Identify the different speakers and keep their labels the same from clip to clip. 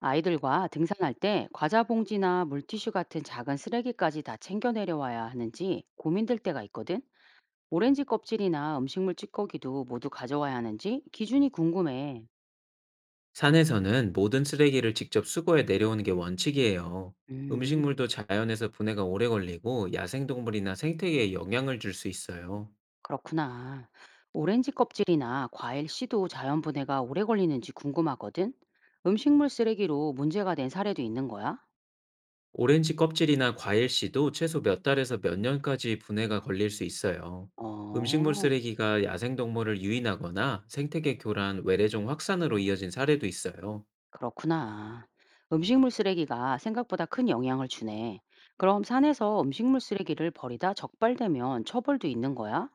Speaker 1: 아이들과 등산할 때 과자 봉지나 물티슈 같은 작은 쓰레기까지 다 챙겨 내려와야 하는지 고민될 때가 있거든. 오렌지 껍질이나 음식물 찌꺼기도 모두 가져와야 하는지 기준이 궁금해.
Speaker 2: 산에서는 모든 쓰레기를 직접 수거해 내려오는 게 원칙이에요.
Speaker 1: 음,
Speaker 2: 음식물도 자연에서 분해가 오래 걸리고 야생동물이나 생태계에 영향을 줄 수 있어요.
Speaker 1: 그렇구나. 오렌지 껍질이나 과일 씨도 자연 분해가 오래 걸리는지 궁금하거든. 음식물 쓰레기로 문제가 된 사례도 있는 거야?
Speaker 2: 오렌지 껍질이나 과일 씨도 최소 몇 달에서 몇 년까지 분해가 걸릴 수 있어요. 음식물
Speaker 1: 어.
Speaker 2: 쓰레기가 야생동물을 유인하거나 생태계 교란, 외래종 확산으로 이어진 사례도 있어요.
Speaker 1: 그렇구나. 음식물 쓰레기가 생각보다 큰 영향을 주네. 그럼 산에서 음식물 쓰레기를 버리다 적발되면 처벌도 있는 거야?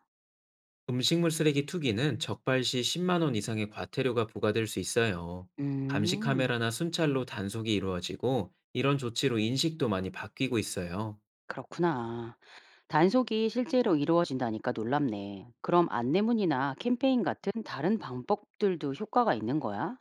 Speaker 2: 음식물 쓰레기 투기는 적발 시 10만 원 이상의 과태료가 부과될 수 있어요. 감시
Speaker 1: 음,
Speaker 2: 카메라나 순찰로 단속이 이루어지고 이런 조치로 인식도 많이 바뀌고 있어요.
Speaker 1: 그렇구나. 단속이 실제로 이루어진다니까 놀랍네. 그럼 안내문이나 캠페인 같은 다른 방법들도 효과가 있는 거야?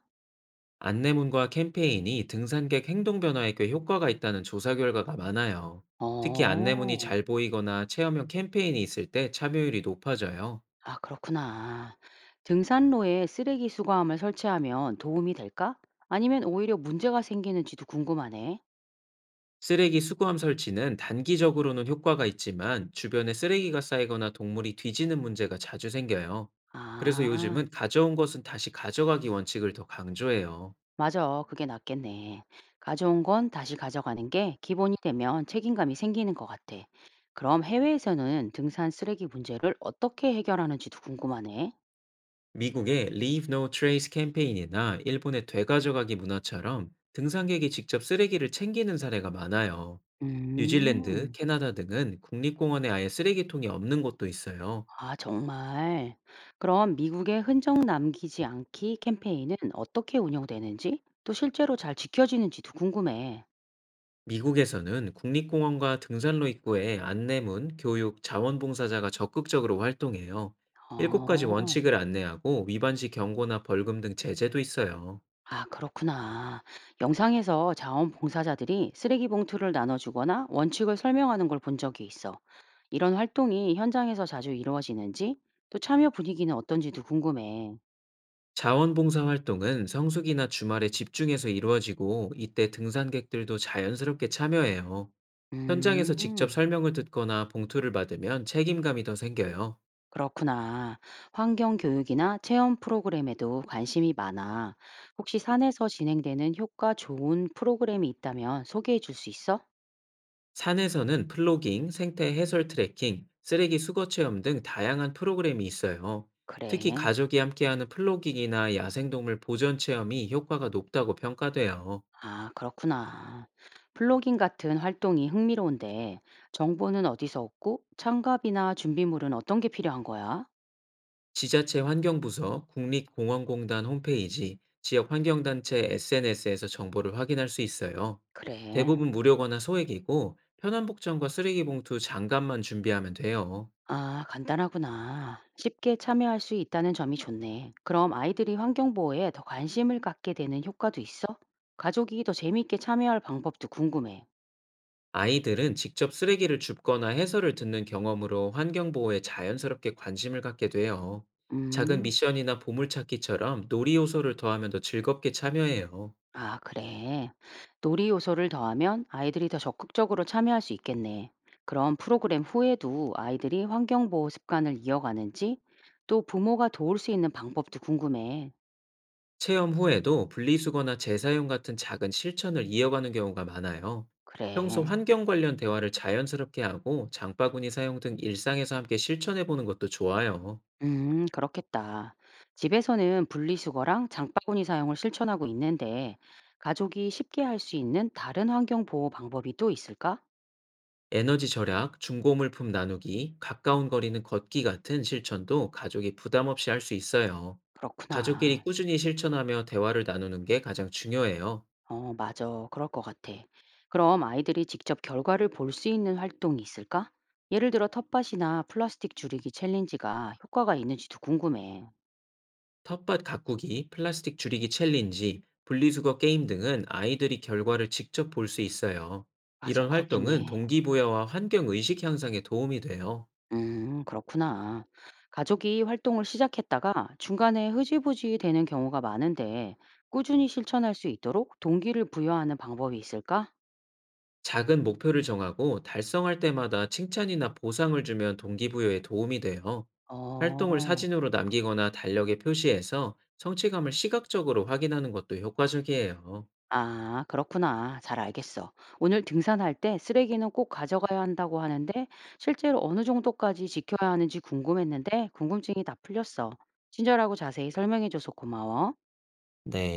Speaker 2: 안내문과 캠페인이 등산객 행동 변화에 꽤 효과가 있다는 조사 결과가 많아요. 특히 안내문이
Speaker 1: 어,
Speaker 2: 잘 보이거나 체험형 캠페인이 있을 때 참여율이 높아져요.
Speaker 1: 아, 그렇구나. 등산로에 쓰레기 수거함을 설치하면 도움이 될까? 아니면 오히려 문제가 생기는지도 궁금하네.
Speaker 2: 쓰레기 수거함 설치는 단기적으로는 효과가 있지만 주변에 쓰레기가 쌓이거나 동물이 뒤지는 문제가 자주 생겨요. 그래서
Speaker 1: 아.
Speaker 2: 요즘은 가져온 것은 다시 가져가기 원칙을 더 강조해요.
Speaker 1: 맞아. 그게 낫겠네. 가져온 건 다시 가져가는 게 기본이 되면 책임감이 생기는 것 같아. 그럼 해외에서는 등산 쓰레기 문제를 어떻게 해결하는지도 궁금하네.
Speaker 2: 미국의 Leave No Trace 캠페인이나 일본의 되가져가기 문화처럼 등산객이 직접 쓰레기를 챙기는 사례가 많아요. 뉴질랜드,
Speaker 1: 음,
Speaker 2: 캐나다 등은 국립공원에 아예 쓰레기통이 없는 곳도 있어요.
Speaker 1: 아, 정말. 그럼 미국의 흔적 남기지 않기 캠페인은 어떻게 운영되는지, 또 실제로 잘 지켜지는지도 궁금해.
Speaker 2: 미국에서는 국립공원과 등산로 입구에 안내문, 교육, 자원봉사자가 적극적으로 활동해요. 일곱 가지
Speaker 1: 어.
Speaker 2: 원칙을 안내하고 위반 시 경고나 벌금 등 제재도 있어요.
Speaker 1: 아, 그렇구나. 영상에서 자원봉사자들이 쓰레기 봉투를 나눠주거나 원칙을 설명하는 걸 본 적이 있어. 이런 활동이 현장에서 자주 이루어지는지, 또 참여 분위기는 어떤지도 궁금해.
Speaker 2: 자원봉사 활동은 성수기나 주말에 집중해서 이루어지고 이때 등산객들도 자연스럽게 참여해요. 현장에서 직접
Speaker 1: 음,
Speaker 2: 설명을 듣거나 봉투를 받으면 책임감이 더 생겨요.
Speaker 1: 그렇구나. 환경교육이나 체험 프로그램에도 관심이 많아. 혹시 산에서 진행되는 효과 좋은 프로그램이 있다면 소개해 줄 수 있어?
Speaker 2: 산에서는 플로깅, 생태 해설 트레킹, 쓰레기 수거 체험 등 다양한 프로그램이 있어요. 특히
Speaker 1: 그래.
Speaker 2: 가족이 함께하는 플로깅이나 야생동물 보전 체험이 효과가 높다고 평가돼요.
Speaker 1: 아, 그렇구나. 플로깅 같은 활동이 흥미로운데 정보는 어디서 얻고 장갑이나 준비물은 어떤 게 필요한 거야?
Speaker 2: 지자체 환경부서, 국립공원공단 홈페이지, 지역환경단체 SNS에서 정보를 확인할 수 있어요.
Speaker 1: 그래.
Speaker 2: 대부분 무료거나 소액이고, 편한 복장과 쓰레기 봉투, 장갑만 준비하면 돼요.
Speaker 1: 아, 간단하구나. 쉽게 참여할 수 있다는 점이 좋네. 그럼 아이들이 환경보호에 더 관심을 갖게 되는 효과도 있어? 가족이 더 재미있게 참여할 방법도 궁금해.
Speaker 2: 아이들은 직접 쓰레기를 줍거나 해설을 듣는 경험으로 환경보호에 자연스럽게 관심을 갖게 돼요. 작은
Speaker 1: 음.
Speaker 2: 미션이나 보물찾기처럼 놀이 요소를 더하면 더 즐겁게 참여해요.
Speaker 1: 아, 그래. 놀이 요소를 더하면 아이들이 더 적극적으로 참여할 수 있겠네. 그럼 프로그램 후에도 아이들이 환경보호 습관을 이어가는지, 또 부모가 도울 수 있는 방법도 궁금해.
Speaker 2: 체험 후에도 분리수거나 재사용 같은 작은 실천을 이어가는 경우가 많아요. 평소
Speaker 1: 그래.
Speaker 2: 환경 관련 대화를 자연스럽게 하고 장바구니 사용 등 일상에서 함께 실천해 보는 것도 좋아요.
Speaker 1: 그렇겠다. 집에서는 분리수거랑 장바구니 사용을 실천하고 있는데, 가족이 쉽게 할 수 있는 다른 환경보호 방법이 또 있을까?
Speaker 2: 에너지 절약, 중고물품 나누기, 가까운 거리는 걷기 같은 실천도 가족이 부담 없이 할 수 있어요. 가족끼리
Speaker 1: 그렇구나.
Speaker 2: 꾸준히 실천하며 대화를 나누는 게 가장 중요해요.
Speaker 1: 어, 맞아. 그럴 것 같아. 그럼 아이들이 직접 결과를 볼 수 있는 활동이 있을까? 예를 들어 텃밭이나 플라스틱 줄이기 챌린지가 효과가 있는지도 궁금해.
Speaker 2: 텃밭 가꾸기, 플라스틱 줄이기 챌린지, 분리수거 게임 등은 아이들이 결과를 직접 볼 수 있어요.
Speaker 1: 맞아,
Speaker 2: 이런 활동은
Speaker 1: 그렇겠네.
Speaker 2: 동기부여와 환경의식 향상에 도움이 돼요.
Speaker 1: 그렇구나. 가족이 활동을 시작했다가 중간에 흐지부지 되는 경우가 많은데 꾸준히 실천할 수 있도록 동기를 부여하는 방법이 있을까?
Speaker 2: 작은 목표를 정하고 달성할 때마다 칭찬이나 보상을 주면 동기부여에 도움이 돼요. 활동을
Speaker 1: 어.
Speaker 2: 사진으로 남기거나 달력에 표시해서 성취감을 시각적으로 확인하는 것도 효과적이에요.
Speaker 1: 아, 그렇구나. 잘 알겠어. 오늘 등산할 때 쓰레기는 꼭 가져가야 한다고 하는데 실제로 어느 정도까지 지켜야 하는지 궁금했는데 궁금증이 다 풀렸어. 친절하고 자세히 설명해줘서 고마워.
Speaker 2: 네.